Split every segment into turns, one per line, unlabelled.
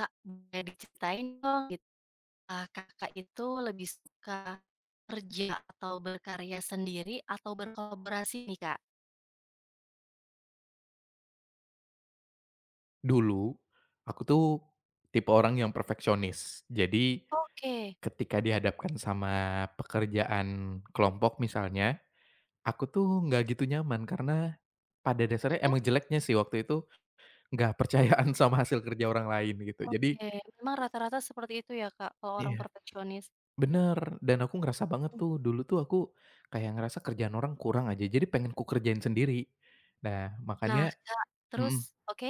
Kak, boleh diceritain dong gitu, Kakak itu lebih suka kerja atau berkarya sendiri atau berkolaborasi nih, Kak?
Dulu, aku tuh tipe orang yang perfeksionis. Jadi,
Oke.
ketika dihadapkan sama pekerjaan kelompok misalnya, aku tuh nggak gitu nyaman karena pada dasarnya
Mhm.
emang jeleknya sih waktu itu nggak percayaan sama hasil kerja orang lain gitu. Jadi.
Oke, memang rata-rata seperti itu ya, Kak, kalau orang
Iya,
perfeksionis.
bener, dan aku ngerasa banget
Mmm.
tuh dulu tuh aku kayak ngerasa kerjaan orang kurang aja. Jadi pengen ku kerjain sendiri. Nah, makanya.
Nah, Kak, terus
Mhm.
oke,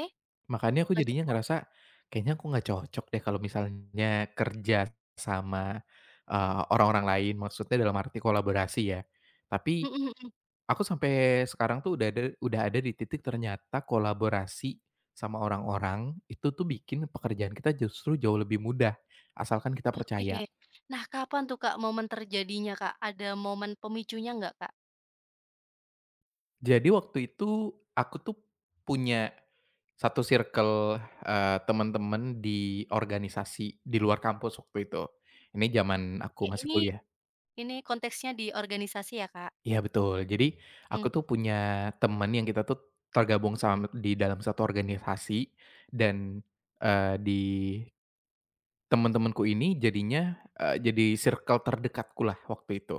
Makanya aku
lanjut,
jadinya
Kak?
ngerasa, kayaknya aku nggak cocok deh kalau misalnya kerja sama, orang-orang lain, maksudnya dalam arti kolaborasi ya. Tapi
Mhm mhm.
aku sampai sekarang tuh udah ada di titik ternyata kolaborasi sama orang-orang, itu tuh bikin pekerjaan kita justru jauh lebih mudah, asalkan kita
Oke.
percaya.
Nah, kapan tuh, Kak, momen terjadinya, Kak? Ada momen pemicunya nggak, Kak?
Jadi waktu itu aku tuh punya satu circle, teman-teman di organisasi di luar kampus waktu itu. Ini zaman aku
Oke,
masih
ini
kuliah.
ini konteksnya di organisasi ya, Kak?
Iya betul. Jadi aku
Mmm.
tuh punya teman yang kita tuh tergabung sama di dalam satu organisasi dan, eee, di teman-temanku ini jadinya, jadi circle terdekatku lah waktu itu.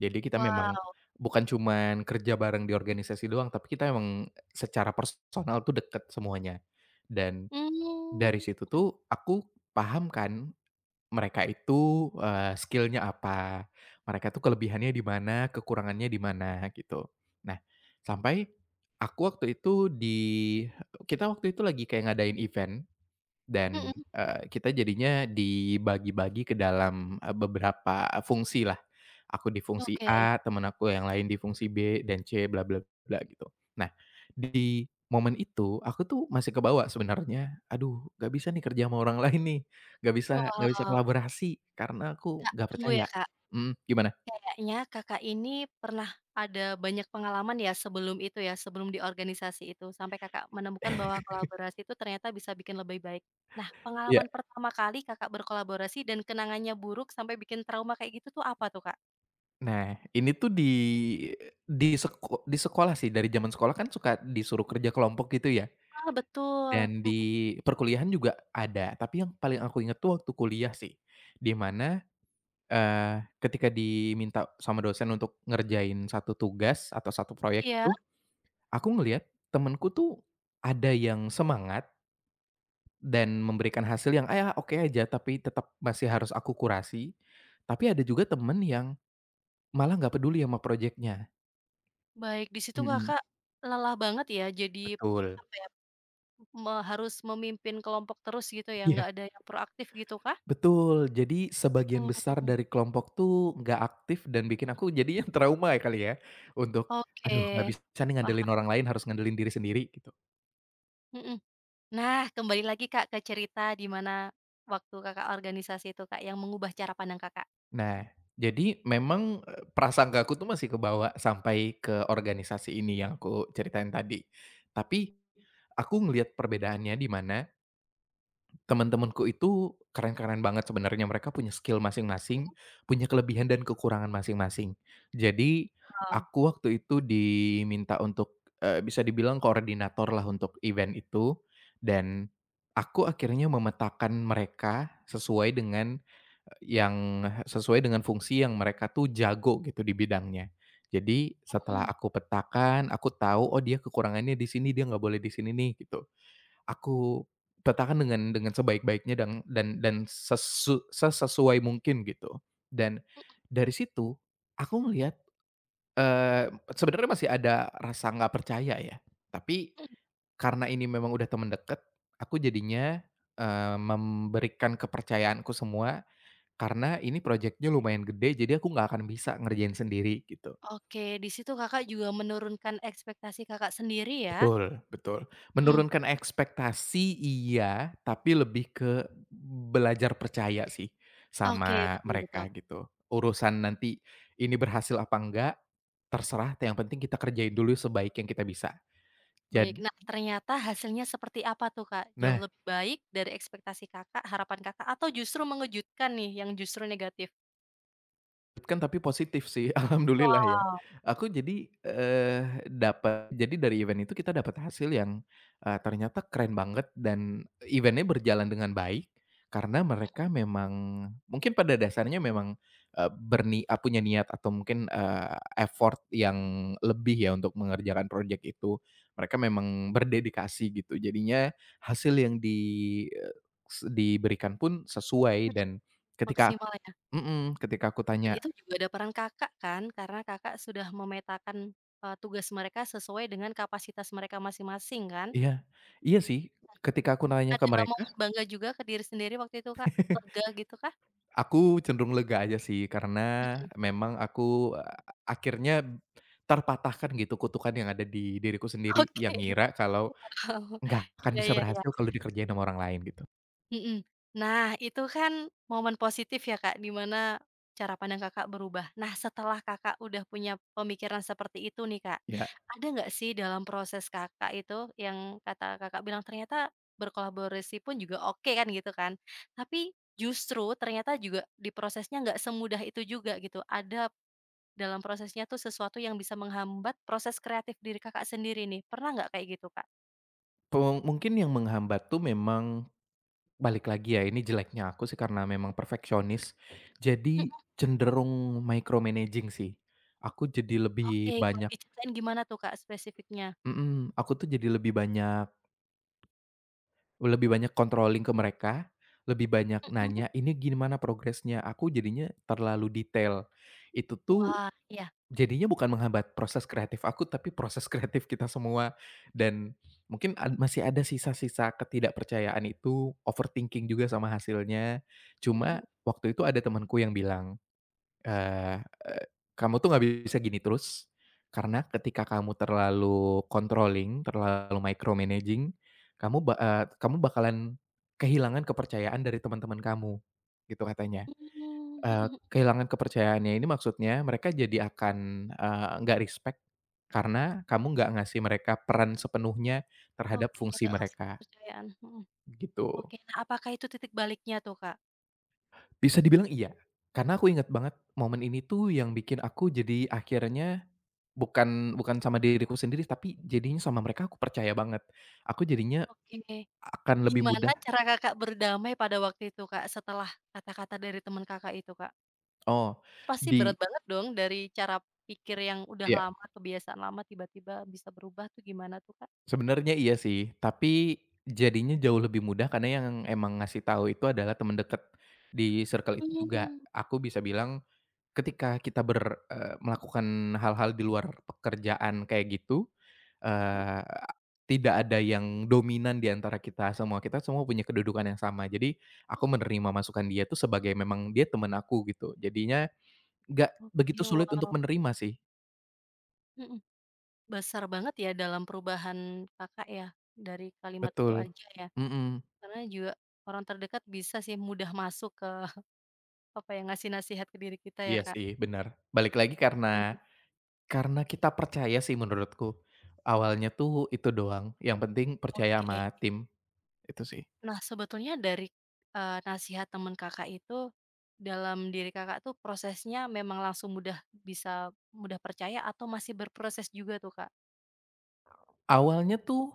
Jadi kita memang
Wow.
bukan cuman kerja bareng di organisasi doang, tapi kita emang secara personal tuh deket semuanya. Dan dari
Mmm.
situ tuh aku paham kan mereka itu, skill apa, mereka tuh kelebihannya di mana, kekurangannya di mana, gitu. Nah, sampai aku waktu itu di kita waktu itu lagi kayak ngadain event dan,
Mhm,
kita jadinya dibagi-bagi ke dalam, beberapa fungsi lah. Aku di fungsi
oke.
A, temen aku yang lain di fungsi B dan C bla bla bla gitu. Nah, di momen itu aku tuh masih kebawa sebenarnya, "Aduh, gak bisa nih kerja sama orang lain nih, Gak bisa
Wow.
kolaborasi karena aku
Kak,
gak
tunggu
percaya."
ya Kak,
Mhm, gimana?
kayaknya Kakak ini pernah ada banyak pengalaman ya sebelum itu ya, sebelum di organisasi itu, sampai Kakak menemukan bahwa kolaborasi itu ternyata bisa bikin lebih baik. Nah,
Iya.
pengalaman pertama kali Kakak berkolaborasi dan kenangannya buruk sampai bikin trauma kayak gitu tuh apa tuh, Kak?
Nah, ini tuh di sekolah sih, dari zaman sekolah kan suka disuruh kerja kelompok gitu ya.
Ah, betul,
Dan
mhm,
di perkuliahan juga ada, tapi yang paling aku inget tuh waktu kuliah sih. Di mana, ketika diminta sama dosen untuk ngerjain satu tugas atau satu proyek
iya,
itu, aku ngelihat temenku tuh ada yang semangat dan memberikan hasil yang, ya oke aja, tapi tetap masih harus aku kurasi. Tapi ada juga temen yang malah nggak peduli sama projeknya.
baik, di situ
Mhm,
Kakak lelah banget ya, jadi
betul.
apa ya, me harus memimpin kelompok terus gitu ya,
Iya.
nggak ada yang proaktif gitu kah?
Betul, jadi sebagian
Mmm,
besar dari kelompok tuh nggak aktif dan bikin aku jadinya trauma ya kali ya, untuk,
oke,
"Aduh, nggak bisa nih ngandelin
paham,
orang lain, harus ngandelin diri sendiri," gitu.
mhm. Nah, kembali lagi Kak, ke cerita di mana waktu Kakak organisasi itu Kak, yang mengubah cara pandang Kakak.
Nah, jadi memang, prasangka aku tuh masih kebawa sampai ke organisasi ini yang aku ceritain tadi. Tapi, aku ngelihat perbedaannya di mana teman-temanku itu keren-keren banget sebenarnya, mereka punya skill masing-masing, punya kelebihan dan kekurangan masing-masing. Jadi,
Wow.
aku waktu itu diminta untuk, bisa dibilang koordinator lah untuk event itu, dan aku akhirnya memetakan mereka sesuai dengan fungsi yang mereka tuh jago gitu di bidangnya. Jadi, setelah
Mhm,
aku petakan, aku tahu, "Oh, dia kekurangannya di sini, dia nggak boleh di sini nih," gitu. Aku petakan dengan sebaik-baiknya dan dan sesesuai mungkin gitu. Dan
mhm
dari situ aku melihat, eee, sebenarnya masih ada rasa nggak percaya ya, tapi
mhm.
karena ini memang udah teman deket aku jadinya, memberikan kepercayaanku semua karena ini proyeknya lumayan gede, jadi aku nggak akan bisa ngerjain sendiri gitu.
Oke, di situ Kakak juga menurunkan ekspektasi Kakak sendiri ya?
Betul, betul.
Mhm.
Menurunkan ekspektasi iya, tapi lebih ke belajar percaya sih
Oke,
sama
betul betul.
mereka gitu. Urusan nanti ini berhasil apa enggak, terserah, yang penting kita kerjain dulu sebaik yang kita bisa. Jadi.
Baik, nah ternyata hasilnya seperti apa tuh Kak? Jauh
Nah,
lebih baik dari ekspektasi Kakak, harapan Kakak, atau justru mengejutkan nih yang justru negatif?
kan tapi positif sih, alhamdulillah ya.
Wow,
Aku jadi, eh, dapat jadi dari event itu kita dapat hasil yang, ternyata keren banget dan eventnya berjalan dengan baik, karena mereka memang mungkin pada dasarnya memang, punya niat atau mungkin, effort yang lebih ya untuk mengerjakan proyek itu. Mereka memang berdedikasi gitu, jadinya hasil yang di eee, s diberikan pun
mhm,
sesuai dan ketika ak
maksimal ya?
Mhm. Ketika aku
Dan
tanya.
itu juga ada peran Kakak kan, karena Kakak sudah memetakan, tugas mereka sesuai dengan kapasitas mereka masing-masing kan?
Iya, iya sih, ketika aku nanya ke
Ada
mereka,
momen bangga juga ke diri sendiri waktu itu Kak? Lega gitu kah?
aku cenderung lega aja sih karena
Mhm,
memang aku, eee, akhirnya terpatahkan gitu kutukan yang ada di diriku sendiri yang ngira
oke,
kalau
wow,
nggak akan
iya
bisa
iya iya.
berhasil kalau dikerjain sama orang lain gitu.
Mhm. Nah, itu kan momen positif ya, Kak, di mana cara pandang Kakak berubah. Nah, setelah Kakak udah punya pemikiran seperti itu nih, Kak,
Ya,
ada nggak sih dalam proses Kakak itu yang kata Kakak bilang ternyata berkolaborasi pun juga oke kan gitu kan. Tapi justru ternyata juga di prosesnya nggak semudah itu juga gitu. Ada dalam prosesnya tuh sesuatu yang bisa menghambat proses kreatif diri Kakak sendiri nih. Pernah nggak kayak gitu, Kak?
mungkin yang menghambat tuh memang balik lagi ya ini jeleknya aku sih karena memang perfeksionis,
Mhm,
jadi cenderung micromanaging sih. Aku jadi
oke,
lebih
boleh
banyak.
diceritain gimana tuh, Kak, spesifiknya?
Mhm. Aku tuh jadi lebih banyak, controlling ke mereka, lebih banyak
Mhm.
nanya, "Ini gimana progresnya?" Aku jadinya terlalu detail. Itu tuh
Wah, iya.
jadinya bukan menghambat proses kreatif aku, tapi proses kreatif kita semua. Dan mungkin masih ada sisa-sisa ketidakpercayaan itu, overthinking juga sama hasilnya.
Mhm
Cuma
mhm.
waktu itu ada temanku yang bilang, Eee eee, kamu tuh nggak bisa gini terus, karena ketika kamu terlalu controlling, terlalu micromanaging, kamu bakalan kehilangan kepercayaan dari teman-teman kamu, gitu katanya.
Mmm, mhm
Eee,
mhm.
kehilangan kepercayaannya ini maksudnya mereka jadi akan, nggak respect karena kamu nggak ngasih mereka peran sepenuhnya terhadap
Oke,
fungsi
nggak ngasih
mereka,
kepercayaan, mhm.
gitu.
Oke, nah apakah itu titik baliknya tuh, Kak?
Bisa dibilang iya, karena aku inget banget momen ini tuh yang bikin aku jadi akhirnya. Bukan bukan sama diriku sendiri, tapi jadinya sama mereka aku percaya banget. Aku jadinya
Oke,
akan lebih mudah.
gimana cara Kakak berdamai pada waktu itu, Kak, setelah kata-kata dari teman Kakak itu, Kak?
Oh.
Pasti berat
di
banget dong dari cara pikir yang udah
iya,
lama, kebiasaan lama tiba-tiba bisa berubah tuh gimana tuh, Kak?
sebenarnya iya sih, tapi jadinya jauh lebih mudah karena yang emang ngasih tahu itu adalah teman dekat di circle itu
Mmm,
juga.
mhm.
Aku bisa bilang, ketika kita melakukan hal-hal di luar pekerjaan kayak gitu, eee, tidak ada yang dominan di antara kita semua punya kedudukan yang sama. Jadi, aku menerima masukan dia tuh sebagai memang dia temen aku gitu, jadinya nggak begitu
Oke,
sulit untuk
wow.
menerima sih.
Mhm. Besar banget ya dalam perubahan Kakak ya, dari kalimat itu
Betul,
aja ya?
mhm,
Karena juga orang terdekat bisa sih mudah masuk ke, apa yang ngasih nasihat ke diri kita ya,
iya
Kak.
sih bener. Balik lagi
Mhm,
karena kita percaya sih menurutku. Awalnya tuh itu doang, yang penting percaya
oke.
sama tim, itu sih.
Nah, sebetulnya dari, nasihat teman Kakak itu, dalam diri Kakak tuh prosesnya memang langsung mudah bisa mudah percaya atau masih berproses juga tuh, Kak?
Awalnya tuh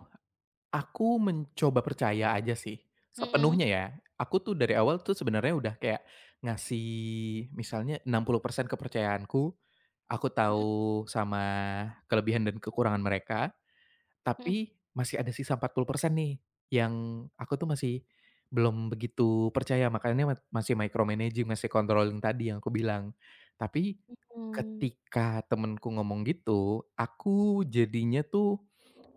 aku mencoba percaya aja sih,
Mhm,
sepenuhnya ya. Aku tuh dari awal tuh sebenarnya udah kayak ngasih misalnya 60% kepercayaanku, aku
mhm
tahu sama kelebihan dan kekurangan mereka.
mhm
Tapi masih ada sisa 40% nih, yang aku tuh masih belum begitu percaya, makanya masih micromanaging, masih controlling tadi yang aku bilang. Tapi
mhm.
ketika temenku ngomong gitu, aku jadinya tuh,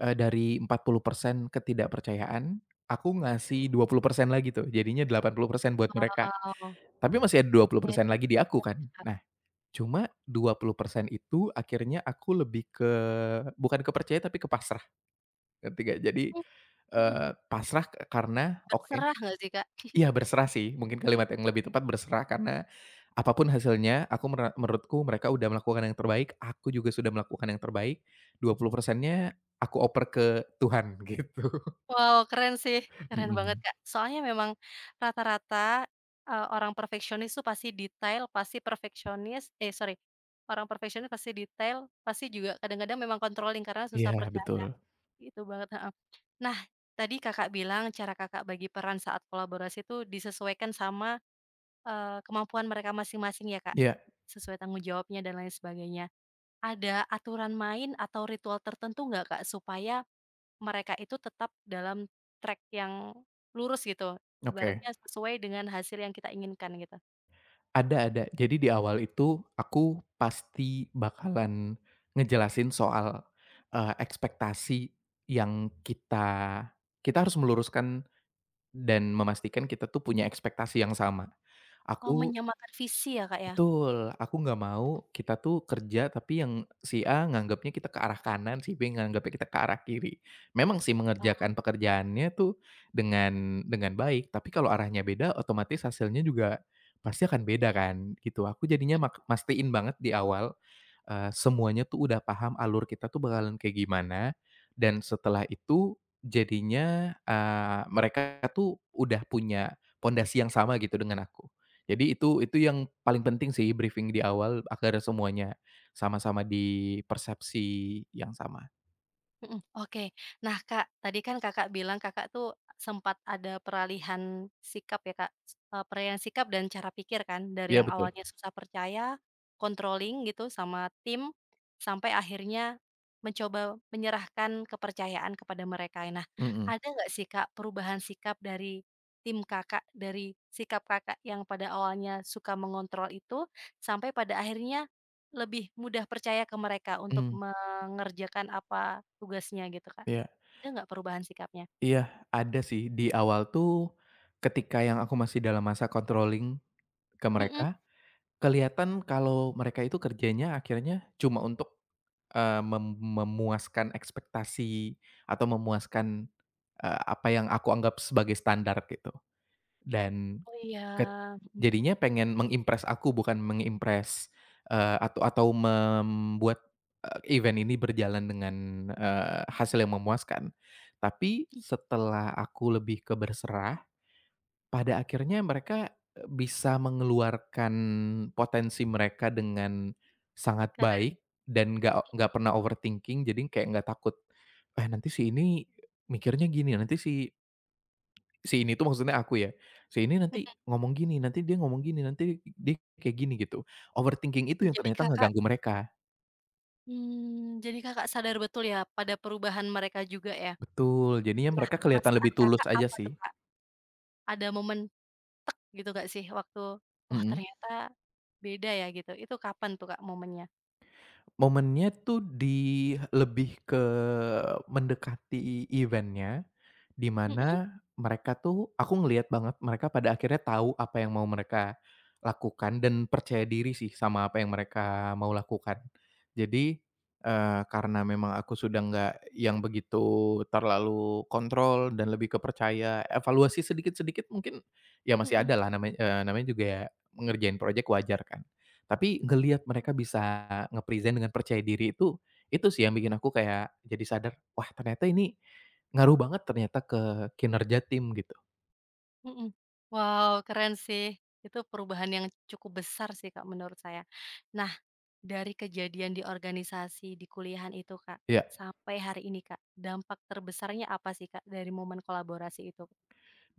dari 40% ketidakpercayaan, aku ngasih 20% lagi tuh, jadinya 80% buat mereka.
Wow,
Tapi masih ada
kayak
20% lagi
turun
di aku
banyak
kan.
ya, Kak?
Nah, cuma 20% itu akhirnya aku lebih ke bukan ke tapi ke. Ngerti nggak? Jadi,
Mhm mhm.
pasrah karena. Oke.
Berserah nggak sih, Kak?
Iya, berserah sih, mungkin kalimat yang lebih tepat berserah karena apa pun hasilnya aku menurutku mereka udah melakukan yang terbaik, aku juga sudah melakukan yang terbaik, 20%-nya aku oper ke Tuhan gitu.
Wow, keren sih, keren banget,
Mhm.
Kak. Soalnya memang rata-rata, orang perfeksionis tuh pasti detail, pasti perfeksionis eh, sorry, orang perfeksionis pasti detail, pasti juga kadang-kadang memang controlling karena susah
Iya
percaya,
betul.
gitu banget, heeh. Nah, tadi Kakak bilang cara Kakak bagi peran saat kolaborasi itu disesuaikan sama, kemampuan mereka masing-masing ya, Kak?
Iya,
Sesuai tanggung jawabnya dan lain sebagainya. Ada aturan main atau ritual tertentu nggak, Kak, supaya mereka itu tetap dalam track yang lurus gitu,
oke.
ibaratnya sesuai dengan hasil yang kita inginkan gitu.
Ada, ada. Jadi di awal itu aku pasti bakalan ngejelasin soal, ekspektasi yang kita kita harus meluruskan. Dan memastikan kita tuh punya ekspektasi yang sama.
Oh,
Aku.
menyamakan visi ya, Kak, ya?
Betul, aku nggak mau kita tuh kerja tapi yang si A nganggapnya kita ke arah kanan, si B nganggapnya kita ke arah kiri. Memang sih mengerjakan pekerjaannya tuh dengan baik, tapi kalau arahnya beda otomatis hasilnya juga pasti akan beda kan, gitu. Aku jadinya mastiin banget di awal, semuanya tuh udah paham alur kita tuh bakalan kayak gimana, dan setelah itu jadinya, mereka tuh udah punya pondasi yang sama gitu dengan aku. Jadi itu yang paling penting sih briefing di awal agar semuanya sama-sama di persepsi yang sama.
Mhm, oke. Nah, Kak, tadi kan Kakak bilang Kakak tuh sempat ada peralihan sikap ya, Kak, peralihan sikap dan cara pikir kan dari
Iya
yang
betul.
awalnya susah percaya, controlling gitu sama tim, sampai akhirnya mencoba menyerahkan kepercayaan kepada mereka. Nah,
Mhm,
ada nggak sih, Kak, perubahan sikap dari tim Kakak, dari sikap Kakak yang pada awalnya suka mengontrol itu, sampai pada akhirnya lebih mudah percaya ke mereka untuk
mhm.
mengerjakan apa tugasnya gitu, Kak.
Iya,
Ada nggak perubahan sikapnya?
iya, ada sih di awal tuh ketika yang aku masih dalam masa controlling ke
Mhm.
mereka, kelihatan kalau mereka itu kerjanya akhirnya cuma untuk, eee, mem memuaskan ekspektasi atau memuaskan, apa yang aku anggap sebagai standar gitu. Dan
Oh iya,
Ket
mhm
jadinya pengen meng-impress aku bukan meng-impress, atau membuat, event ini berjalan dengan, hasil yang memuaskan. Tapi
mhm,
setelah aku lebih ke berserah, pada akhirnya mereka, bisa mengeluarkan potensi mereka dengan sangat
keren.
baik dan nggak pernah overthinking jadi kayak nggak takut, "Eh, nanti si ini mikirnya gini, nanti si Si ini tuh maksudnya aku ya, si ini nanti ngomong gini, nanti dia ngomong gini, nanti dia kayak gini gitu." Overthinking itu
Mhm,
yang
jadi
ternyata
Kakak
ngeganggu mereka.
mmm, jadi Kakak sadar betul ya pada perubahan mereka juga ya?
Betul, jadinya
Nah,
mereka kelihatan
perasaan
lebih tulus
Kakak
aja
apa
sih.
tuh, Kak? Ada momen tek gitu nggak sih waktu, "Wah,
Mhm.
ternyata beda ya," gitu. Itu kapan tuh, Kak, momennya?
Momennya tuh lebih ke mendekati event-nya. Di
Mhm
mana mereka tuh aku ngelihat banget mereka pada akhirnya tahu apa yang mau mereka lakukan dan percaya diri sih sama apa yang mereka mau lakukan. Jadi, karena memang aku sudah nggak yang begitu terlalu kontrol dan lebih kepercaya evaluasi sedikit-sedikit mungkin, ya masih ada lah
mhm
namanya juga ya ngerjain project wajar kan. Tapi ngelihat mereka bisa ngepresent dengan percaya diri itu sih yang bikin aku kayak jadi sadar, wah ternyata ini ngaruh banget ternyata ke kinerja tim gitu.
mhm. Wow, keren sih. Itu perubahan yang cukup besar sih, Kak, menurut saya. Nah, dari kejadian di organisasi, di kuliahan itu Kak,
Iya,
sampai hari ini Kak, dampak terbesarnya apa sih Kak, dari momen kolaborasi itu?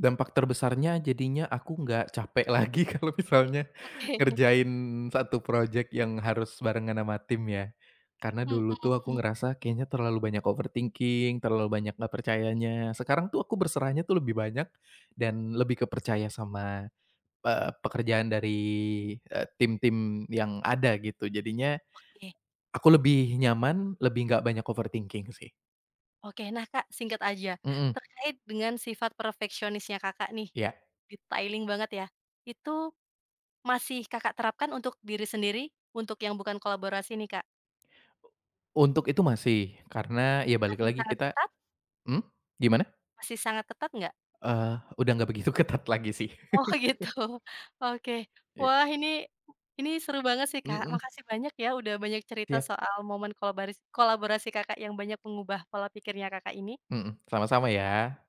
dampak terbesarnya jadinya aku nggak capek lagi kalau misalnya
Oke.
ngerjain satu project yang harus barengan sama tim ya. Karena dulu tuh aku
Mhm,
ngerasa kayaknya terlalu banyak overthinking, terlalu banyak nggak percayanya. Sekarang tuh aku berserahnya tuh lebih banyak dan lebih ke sama, pekerjaan dari, tim-tim yang ada gitu. Jadinya
oke
aku lebih nyaman, lebih nggak banyak overthinking sih.
oke. Nah Kak, singkat aja,
Mhm,
terkait dengan sifat perfeksionisnya Kakak nih,
iya.
detailing banget ya, itu masih Kakak terapkan untuk diri sendiri, untuk yang bukan kolaborasi nih Kak?
Untuk itu masih, karena ya balik
Masih
lagi
sangat
kita.
ketat,
Hmm? Gimana?
masih sangat ketat nggak?
Eee, udah nggak begitu ketat lagi sih.
Oh, gitu, oke.
Iya,
Wah, ini seru banget sih Kak,
mhm,
makasih banyak ya udah banyak cerita
siap,
soal momen kolaborasi kolaborasi Kakak yang banyak mengubah pola pikirnya Kakak ini.
mhm, sama-sama ya.